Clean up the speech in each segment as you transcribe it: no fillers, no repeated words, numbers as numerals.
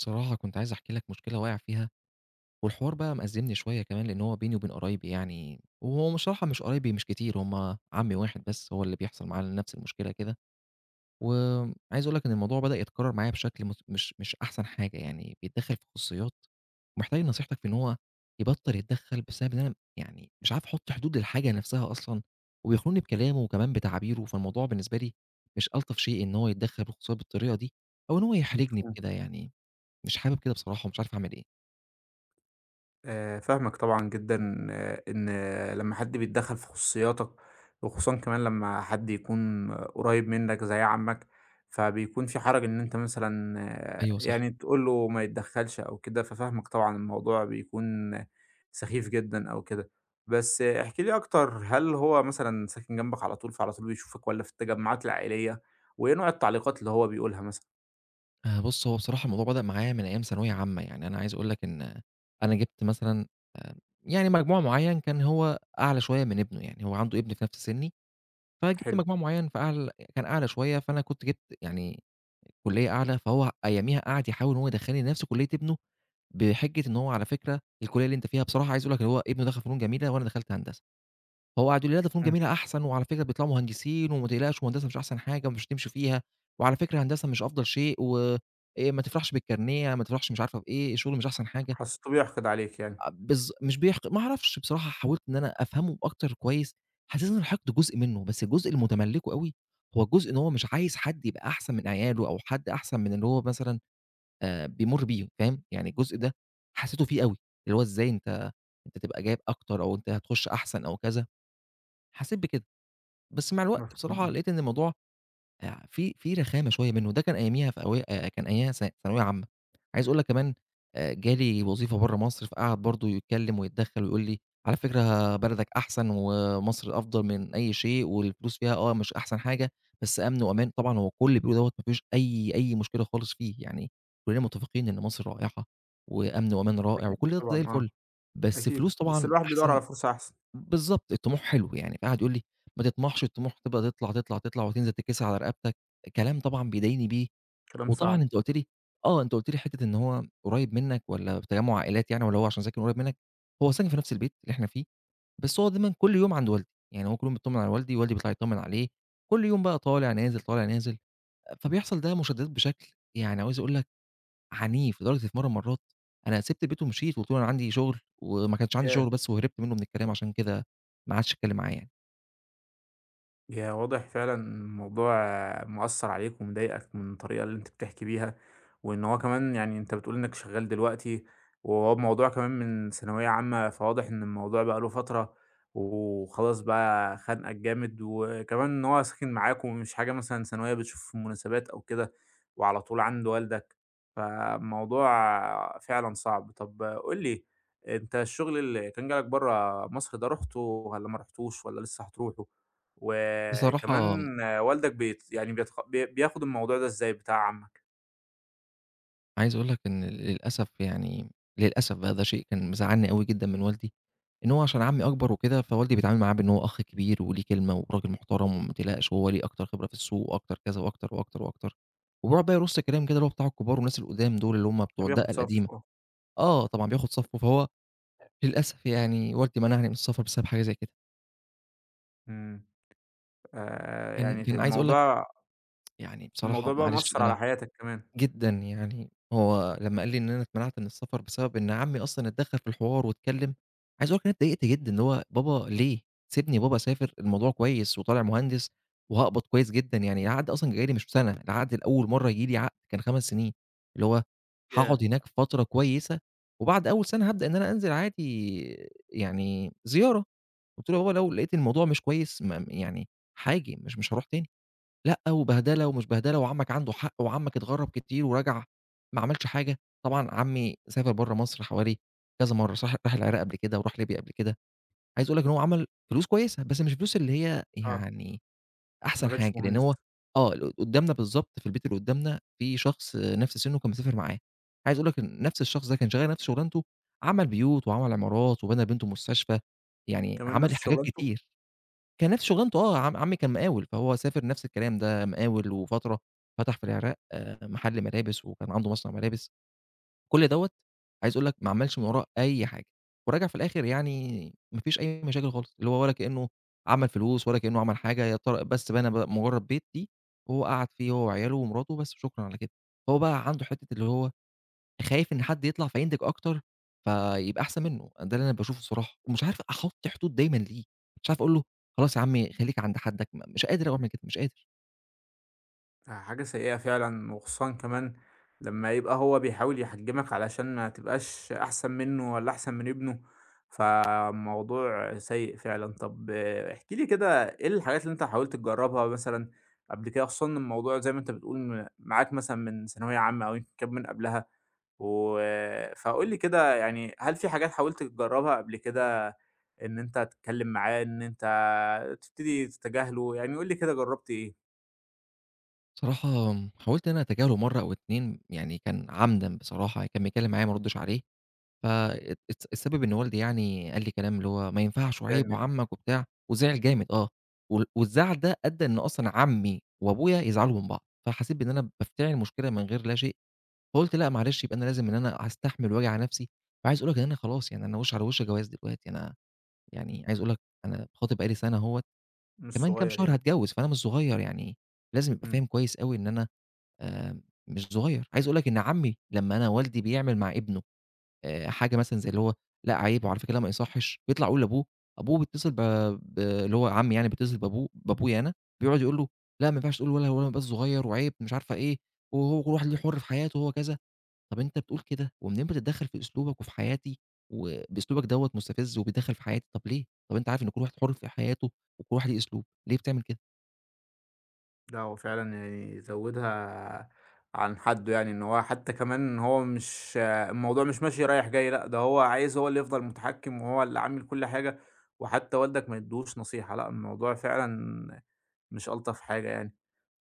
بصراحة كنت عايز أحكي لك مشكلة واقع فيها، والحوار بقى مأزّمني شوية كمان لإن هو بيني وبين قرايبي يعني، وهو بصراحة مش قرايبي مش كتير، هم عمي واحد بس هو اللي بيحصل معاه نفس المشكلة كده، وعايز أقول لك إن الموضوع بدأ يتكرر معايا بشكل مت مش مش أحسن حاجة يعني، بيتدخل في خصوصيات، ومحتاج نصيحتك في إن هو يبطل يتدخل بسبب إن أنا يعني مش عارف أحط حدود للحاجة نفسها أصلًا، وبيخونني بكلامه وكمان بتعبيره، فالموضوع بالنسبة لي مش ألطف شيء إن هو يتدخل في الخصوصيات بالطريقة دي، أو إن هو يحرجني مفهوم. بكده يعني. مش حابب كده بصراحة ومش عارف أعمل إيه. فاهمك طبعًا جدًا إن لمّا حد بيتدخّل في خصوصياتك، وخصوصًا كمان لمّا حد يكون قريب منّك زي عمّك، فبيكون في حرج إن أنت مثلًا أيوه صح. يعني تقول له ما يتدخّلش أو كده، ففاهمك طبعًا الموضوع بيكون سخيف جدًا أو كده. بس احكِ لي أكتر، هل هو مثلًا ساكن جنبك على طول، فعلى طول بيشوفك والّا في التجمعات العائلية، وإيه نوع التعليقات اللي هو بيقولها مثلًا؟ بُص، هو بصراحة الموضوع بدأ معايا من أيام ثانوية عامة، يعني أنا عايز أقول لك إن أنا جِبت مثلًا آآ يعني مجموع معيّن كان هو أعلى شوية من ابنه، يعني هو عنده ابن في نفس سِنّي، فجِبت حلو، مجموع معيّن فأعل كان أعلى شوية، فأنا كنت جِبت يعني كُلّية أعلى، فهو أياميها قعد يحاول إن هو يدخّلني نفس كُلّية ابنه بحِجّة إن هو على فكرة الكُلّية اللي أنت فيها بصراحة عايز أقول لك اللي هو ابنه دخل فنون جميلة وأنا دخلت هندسة. هو قعدوا يقولوا لي: "لأ، ده فنون إمم، جميلة أحسن، وعلى فكرة بيطلعوا مهندسين وما تقلقش وهندسة مش أحسن حاجة ومش هتمشي فيها، وعلى فكرة هندسة مش أفضل شيء و ما تفرحش بالكارنيه، ما تفرحش مش عارفة بإيه، الشغل مش أحسن حاجة." حسّيته بيحقد عليك يعني، أ بالض مش بيحق ما أعرفش بصراحة حاولت إن أنا أفهمه أكتر كويس، حسيت إن الحقد جزء منه، بس الجزء اللي متملّكه أوي هو الجزء إن هو مش عايز حد يبقى أحسن من عياله أو حد أحسن من اللي هو مثلًا بيمُر بيه، فاهم؟ يعني الجزء ده حسيته فيه أوي، اللي هو إزاي أنت تبقى جايب أكتر أو أنت هتخش أحسن أو كذا، حسيت بكده. بس مع الوقت بصراحة مفهوم، لقيت إن الموضوع في رخامة شوية منّه، ده كان أياميها في أوي كان أياميها ثانوية عامة. عايز أقول لك كمان جالي وظيفة برّه مصر، فقعد برضه يتكلّم ويتدخّل ويقول لي: "على فكرة بلدك أحسن ومصر أفضل من أي شيء والفلوس فيها آه مش أحسن حاجة، بس أمن وأمان." طبعًا هو كل اللي بيقوله دوّة ما فيهوش أي مشكلة خالص فيه، يعني كُلّنا متفقين إن مصر رائعة وأمن وأمان رائع أكيد وكل ده زي طبعًا، آه. الفُل، بس أكيد، فلوس بس طبعًا الواحد بيدوّر أحسن على فرصة أحسن، بالضبط، الطموح حلو يعني، فقعد يقول لي: "ما تطمحش الطموح تبقى تطلع، تطلع، تطلع وتنزل تتكِسِر على رقبتك." كلام طبعًا بيضايقني بيه، كلام وطبعًا صعب. أنت قُلت لي آه، أنت قُلت لي حتّة إن هو قريّب منّك والّا في تجمُّع عائلات يعني والّا هو عشان ساكن قريّب منّك، هو ساكن في نفس البيت اللي إحنا فيه، بس هو دايمًا كل يوم عند والدي، يعني هو كل يوم بيتطمّن على والدي، والدي بيطلع يتطمّن عليه، كل يوم بقى طالع، نازل، طالع، نازل، فبيحصل ده مشادّات بشكل يعني عاوز أقول لك عنيف، لدرجة في مرّة من المرّات أنا سِبت البيت ومشيت، وقُلت له: "أنا عندي شُغل وما كانش عندي ياه! شُغل بس وهربت منّه من الكلام عشان كده ما عادش اتكلّم معايا يعني." يا واضح فعلًا الموضوع مأثّر عليك ومضايقك من الطريقة اللي أنت بتحكي بيها، وإن هو كمان يعني أنت بتقول إنك شغّال دلوقتي، وهو الموضوع كمان من ثانوية عامة، فواضح إن الموضوع بقى له فترة، وخلاص بقى خانقك جامد، وكمان إن هو ساكن معاك ومش حاجة مثلًا ثانوية بتشوفه في المناسبات أو كده، وعلى طول عند والدك، فالموضوع فعلًا صعب. طب قُل لي، أنت الشغل اللي كان جالك برّه مصر ده رُحته والّا ما رُحتوش والّا لسه هتروحه؟ وكمان بصراحة والدك بيت يعني بيتخ بي بياخد الموضوع ده إزاي بتاع عمك؟ عايز أقول لك إن للأسف يعني للأسف بقى ده شيء كان مزعّلني أوي جدًا من والدي، إن هو عشان عمي أكبر وكده، فوالدي بيتعامل معاه بإن هو أخ كبير وليه كلمة وراجل محترم وما تقلقش وهو ليه أكتر خبرة في السوق وأكتر كذا وأكتر، وأكتر، وأكتر. وبيقعد بقى يرُص كلام كده اللي هو بتاع الكبار والناس القُدام دول اللي هم بتوع فبياخد الدقّة القديمة. صفّه، آه، طبعًا بياخُد صَفّه، فهو للأسف يعني والدي منعني من السفر بسبب حاجة زي كده. إمم، كان يعني في كان عايز أقول لك الموضوع يعني بصراحة الموضوع بقى معلش مأثّر أنا على حياتك كمان، جدًا يعني هو لمّا قال لي إن أنا اتمنعت من السفر بسبب إن عمي أصلًا اتدخّل في الحوار واتكلّم، عايز أقول لك أنا اتضايقت جدًا، اللي هو بابا ليه؟ سيبني بابا أسافر الموضوع كويس وطالع مهندس وهاقبض كويس جدًا، يعني العقد أصلًا جاي لي مش سنة، العقد لأول مرّة ييجي لي عقد كان 5 سنين، اللي هو هاقعد ياه! هناك فترة كويسة وبعد أول سنة هابدأ إن أنا أنزل عادي يعني زيارة، قُلت له: "يا بابا لو لقيت الموضوع مش كويس ما يعني هاجي مش هاروح تاني." لأ، وبهدلة ومش بهدلة وعمك عنده حق، وعمك اتغرّب كتير ورجع ما عملش حاجة، طبعًا عمي سافر برّه مصر حوالي كذا مرّة، صح راح العراق قبل كده وراح ليبيا قبل كده، عايز أقول لك إن هو عمل فلوس كويسة، بس مش الفلوس اللي هي آه، يعني ما أحسن حاجة، كانش لإن مهندس، هو آه، قدّامنا بالضبط في البيت اللي قدّامنا في شخص نفْس سِنُّه كان مسافر معاه، عايز أقول لك إن نفْس الشخص ده كان شغّال نفْس شغلانته، عمل بيوت وعمل عمارات وبنى لبنته مستشفى، يعني كمان نفس عمل حاجات شغلانته؟ كتير. كان نفس شغلانته آه، عمي كان مقاول، فهو سافر نفس الكلام، ده مقاول وفترة فتح في العراق، محل ملابس وكان عنده مصنع ملابس، كل دوّة عايز أقول لك ما عملش من وراه أي حاجة، ورجع في الآخر يعني ما فيش أي مشاكل خالص، اللي هو ولا كأنه عمل فلوس ولا كأنه عمل حاجة، يا ترى بس بنى مجرد بيت ليه، وهو قعد فيه هو وعياله ومراته بس، شكرًا على كده، هو بقى عنده حتة اللي هو خايف إن حد يطلع فينتج أكتر، فيبقى أحسن منّه، ده اللي أنا باشوفه الصراحة، ومش عارف أحُط حدود دايمًا ليه، مش عارف أقول له خلاص يا عمي خلّيك عند حدّك، مش قادر أعمل كده، مش قادر. آه، حاجة سيئة فعلًا، وخصوصًا كمان لمّا يبقى هو بيحاول يحجمك علشان ما تبقاش أحسن منه والّا أحسن من ابنه، فموضوع سيء فعلًا. طب احكِ لي كده إيه الحاجات اللي أنت حاولت تجربها مثلًا قبل كده، خصوصًا إن الموضوع زي ما أنت بتقول معاك مثلًا من ثانوية عامة أو يمكن كان من قبلها، و فقُل لي كده يعني هل في حاجات حاولت تجربها قبل كده إن أنت تتكلم معاه، إن أنت تبتدي تتجاهله، يعني قُل لي كده جربت إيه؟ بصراحة حاولت إن أنا أتجاهله مرّة أو 2 يعني كان عمدًا بصراحة، كان بيتكلّم معايا ما أردّش عليه، ف الت الس السبب إن والدي يعني قال لي كلام اللي هو "ما ينفعش فعلا وعيب منه؟ وعمّك" وبتاع، وزعل جامد آه، والزعل ده أدّى إن أصلًا عمّي وأبويا يزعلوا من بعض، فحسيت بإن أنا بافتعل مشكلة من غير لا شيء. فقُلت لأ معلش يبقى أنا لازم إن أنا هاستحمل وآجي على نفسي، وعايز أقول لك إن أنا خلاص يعني أنا وِش على وِش جواز دلوقتي، أنا يعني عايز أقول لك أنا خاطب بقى لي سنة أهوّة، مش كمان كام صغير شهر يعني، هاتجوّز، فأنا مش صغيّر يعني لازم أبقى إمم، فاهم كويس أوي إن أنا آآ مش صغيّر، عايز أقول لك إن عمي لمّا أنا والدي بيعمل مع ابنه حاجة مثلًا زي اللي هو لأ عيب وعلى فكرة ده ما يصحّش، بيطلع يقول لأبوه، أبوه بيتصل ب اللي هو عمي يعني بيتصل بأبوه بأبويا أنا، بيقعد يقول له: "لأ ما ينفعش تقول ولا ما يبقاش صغيّر وعيب" مش عارفة إيه، وهو كل واحد ليه حُر في حياته وهو كذا. طب أنت بتقول كده ومنين بتتدخّل في أسلوبك وفي حياتي وبأسلوبك دوّة مستفز وبيتدخّل في حياتي، طب ليه؟ طب أنت عارف إن كل واحد حُر في حياته وكل واحد ليه أسلوب، ليه بتعمل كده؟ لأ هو فعلًا يعني زوّدها عن حدُّه يعني، إن هو حتى كمان هو مش الموضوع مش ماشي رايح جاي لأ، ده هو عايز هو اللي يفضل متحكّم وهو اللي عامل كل حاجة، وحتى والدك ما يدّوش نصيحة، لأ الموضوع فعلًا مش ألطف حاجة يعني.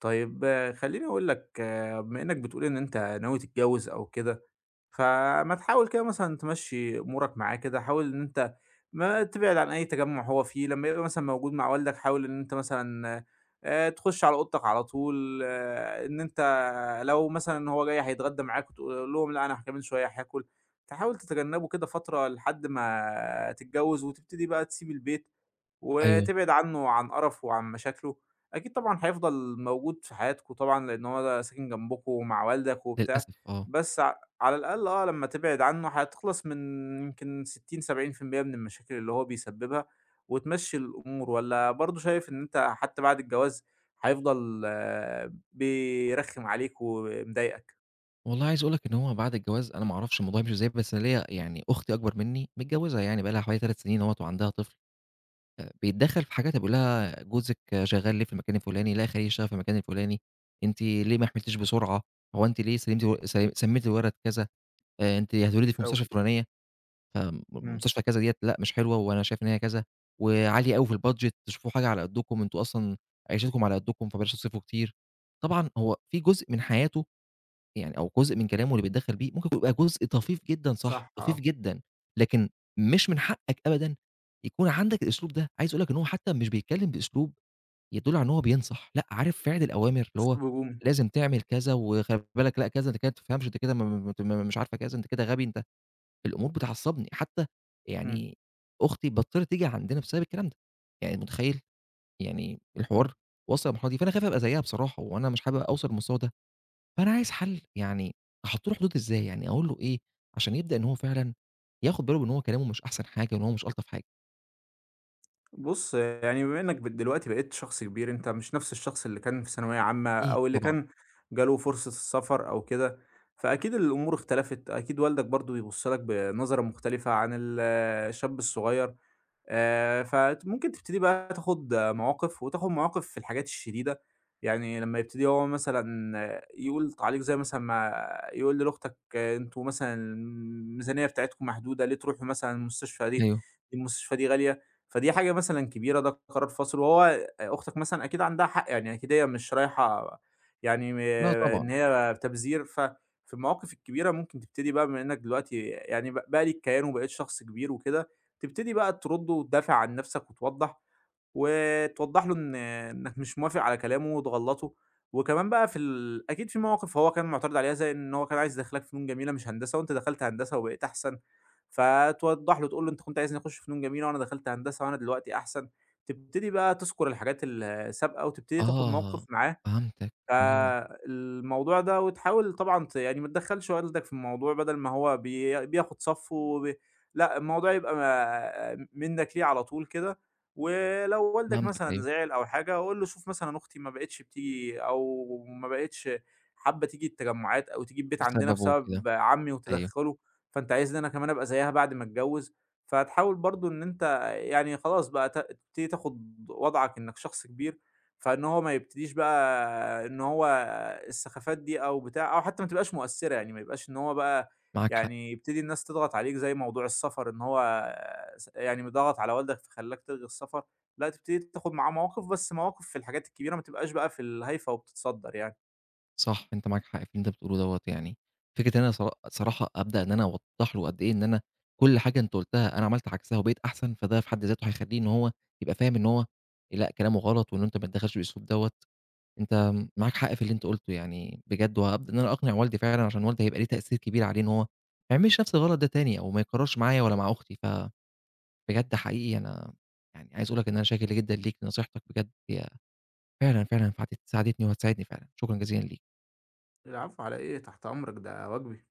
طيب خلّيني أقول لك بما إنّك بتقول إن أنت ناوي تتجوّز أو كده فما تحاول كده مثلًا تمشّي أمورك معاه كده، حاول إن أنت ما تبعد عن أي تجمُّع هو فيه، لمّا يبقى مثلًا موجود مع والدك حاول إن أنت مثلًا تخُش على أوضتك على طول، إن أنت لو مثلًا هو جاي هيتغدّى معاك وتقول لهم لأ أنا كمان شوية هاكل، تحاول تتجنّبه كده فترة لحد ما تتجوّز وتبتدي بقى تسيب البيت. أيوه، وتبعد عنّه وعن قرفه وعن مشاكله، أكيد طبعًا هيفضل موجود في حياتكم طبعًا لإن هو ده ساكن جنبكم ومع والدك وبتاع، للأسف آه. بس على الأقل لمّا تبعد عنّه هتخلص من يمكن 60، 70% من المشاكل اللي هو بيسببها وتمشّي الأمور والّا برضه شايف إن أنت حتّى بعد الجواز هيفضل بيرخّم عليك ومضايقك؟ والله عايز أقول لك إن هو بعد الجواز أنا ما أعرفش الموضوع هيمشي إزاي، بس أنا ليّا يعني أختي أكبر منّي متجوّزة يعني بقى لها حوالي 3 سنين أهوّة وعندها طفل، بيتدخّل في حاجات بيقول لها: "جوزِك شغّال ليه في المكان الفُلاني؟ لأ خليه يشتغل في المكان الفُلاني، أنتِ ليه ما حملتيش بسرعة، هو أنتِ ليه سلمتِ و سمّيتِ الولد كذا، أنتِ هتولدي في خايف أوي. المستشفى الفُلانية." إمم، فمستشفى كذا ديّة لأ مش حلوة وأنا شايف إن هي كذا، وعالية أوي في البادجت شوفوا حاجة على قدّكم أنتم أصلًا عيشتكم على قدّكم فبلاش تصرفوا كتير. طبعًا هو في جزء من حياته يعني أو جزء من كلامه اللي بيتدخّل بيه ممكن يبقى جزء طفيف جدًا صح، صح طفيف آه، جدًا، لكن مش من حقك أبدًا يكون عندك الأسلوب ده، عايز أقول لك إن هو حتى مش بيتكلم بأسلوب يدل على إن هو بينصح، لأ عارف فعل الأوامر اللي هو أسلوب هجومي. لازم تعمل كذا وخلي بالك لأ كذا أنت كده ما تفهمش أنت كده م م م مش عارفة كذا أنت كده غبي أنت الأمور بتعصّبني، حتى إمم، يعني أختي بطّلت تيجي عندنا بسبب الكلام ده، يعني متخيّل؟ يعني إمم. الحوار واصل للمرحلة دي، فأنا خايف أبقى زيّها بصراحة وأنا مش حابب أوصل للمستوى ده، فأنا عايز حَل، يعني أحُط له حدود إزاي، يعني أقول له إيه عشان يبدأ إن هو فعلًا ياخُد باله بإن هو كلامه مش أحسن حاجة وإن هو مش ألطف حاجة؟ بُص، يعني بما إنّك دلوقتي بقيت شخص كبير، أنت مش نفْس الشخص اللي كان في ثانوية عامة أكيد أو اللي طبعًا، كان جاله فرصة السفر أو كده، فأكيد الأمور اختلفت، أكيد والدك برضه بيبُص لك بنظرة مختلفة عن الشاب الصغير. فممكن تبتدي بقى تاخد مواقف، وتاخد مواقف في الحاجات الشديدة، يعني لمّا يبتدي هو مثلًا يقول تعليق زي مثلًا ما يقول لأختك أنتم مثلًا الميزانية بتاعتكم محدودة، ليه تروحوا مثلًا المستشفى دي، أيوه، المستشفى دي غالية، فدي حاجة مثلًا كبيرة، ده قرار فاصل، وهو أختك مثلًا أكيد عندها حق يعني، أكيد هي مش رايحة يعني لأ طبعًا، إن هي تبذير، ففي المواقف الكبيرة ممكن تبتدي بقى بما إنك دلوقتي يعني بقى ليك كيان وبقيت شخص كبير وكده، تبتدي بقى ترُد وتدافع عن نَفْسك وتوضّح، وتوضّح له إن إنّك مش موافق على كلامه وتغلّطه، وكمان بقى في أكيد في مواقف هو كان معترض عليها زي إن هو كان عايز يدخّلك فنون جميلة مش هندسة وأنت دخلت هندسة وبقيت أحسن، فتوضّح له تقول له: "أنت كنت عايزني أخُش فنون جميلة وأنا دخلت هندسة وأنا دلوقتي أحسن." تبتدي بقى تذكر الحاجات السابقة وتبتدي تاخُد آه، موقِف معاه فهمتك، أيوه، فالموضوع ده وتحاول طبعًا يعني ما تدخّلش والدك في الموضوع بدل ما هو بياخد صَفّه لأ، الموضوع يبقى منّك ليه على طول كده، ولو والدك فهمتك مثلًا أيوه، زعل أو حاجة قُل له شوف مثلًا أختي ما بقِتش بتيجي أو ما بقِتش حابّة تيجي التجمُّعات أو تيجي البيت عندنا بسببه وكده، بسبب عمي أيوه، وتدخُّله، فأنت عايزني أنا كمان أبقى زيّها بعد ما أتجوّز، فتحاول برضه إن أنت يعني خلاص بقى تبتدي تاخُد وضعك إنّك شخص كبير، فإن هو ما يبتديش بقى إن هو السخافات دي أو بتاع أو حتى ما تبقاش مؤثّرة، يعني ما يبقاش إن هو بقى معاك حق. يعني يبتدي الناس تضغط عليك زي موضوع السفر إن هو يعني ضغط على والدك فخلّاك تلغي السفر، لأ تبتدي تاخد معاه مواقف، بس مواقف في الحاجات الكبيرة ما تبقاش بقى في الهايفة وبتتصدّر يعني. صح، أنت معاك حق في اللي أنت بتقوله دوّة يعني. فكرة إن أنا صراحة أبدأ إن أنا أوضّح له قد إيه إن أنا كل حاجة أنت قُلتها أنا عملت عكسها وبقيت أحسن، فده في حد ذاته هيخلّيه إن هو يبقى فاهم إن هو لأ، كلامه غلط وإن أنت ما تتدخّلش بالأسلوب دوّة. أنت معاك حق في اللي أنت قُلته يعني بجد، وهابدأ إن أنا أقنع والدي فعلًا عشان والدي هيبقى ليه تأثير كبير عليه إن هو ما يعملش نفس الغلط ده تاني أو ما يكررش معايا ولا مع أختي. فبجد حقيقي أنا يعني عايز أقول لك إن أنا شاكر جدًا ليك لنصيحتك بجد، هي فعلًا، فعلًا فعدت ساعدتني وهتساعدني فعلًا. شكرًا جزيلًا ليك. العفو على إيه، تحت أمرك، ده واجبي.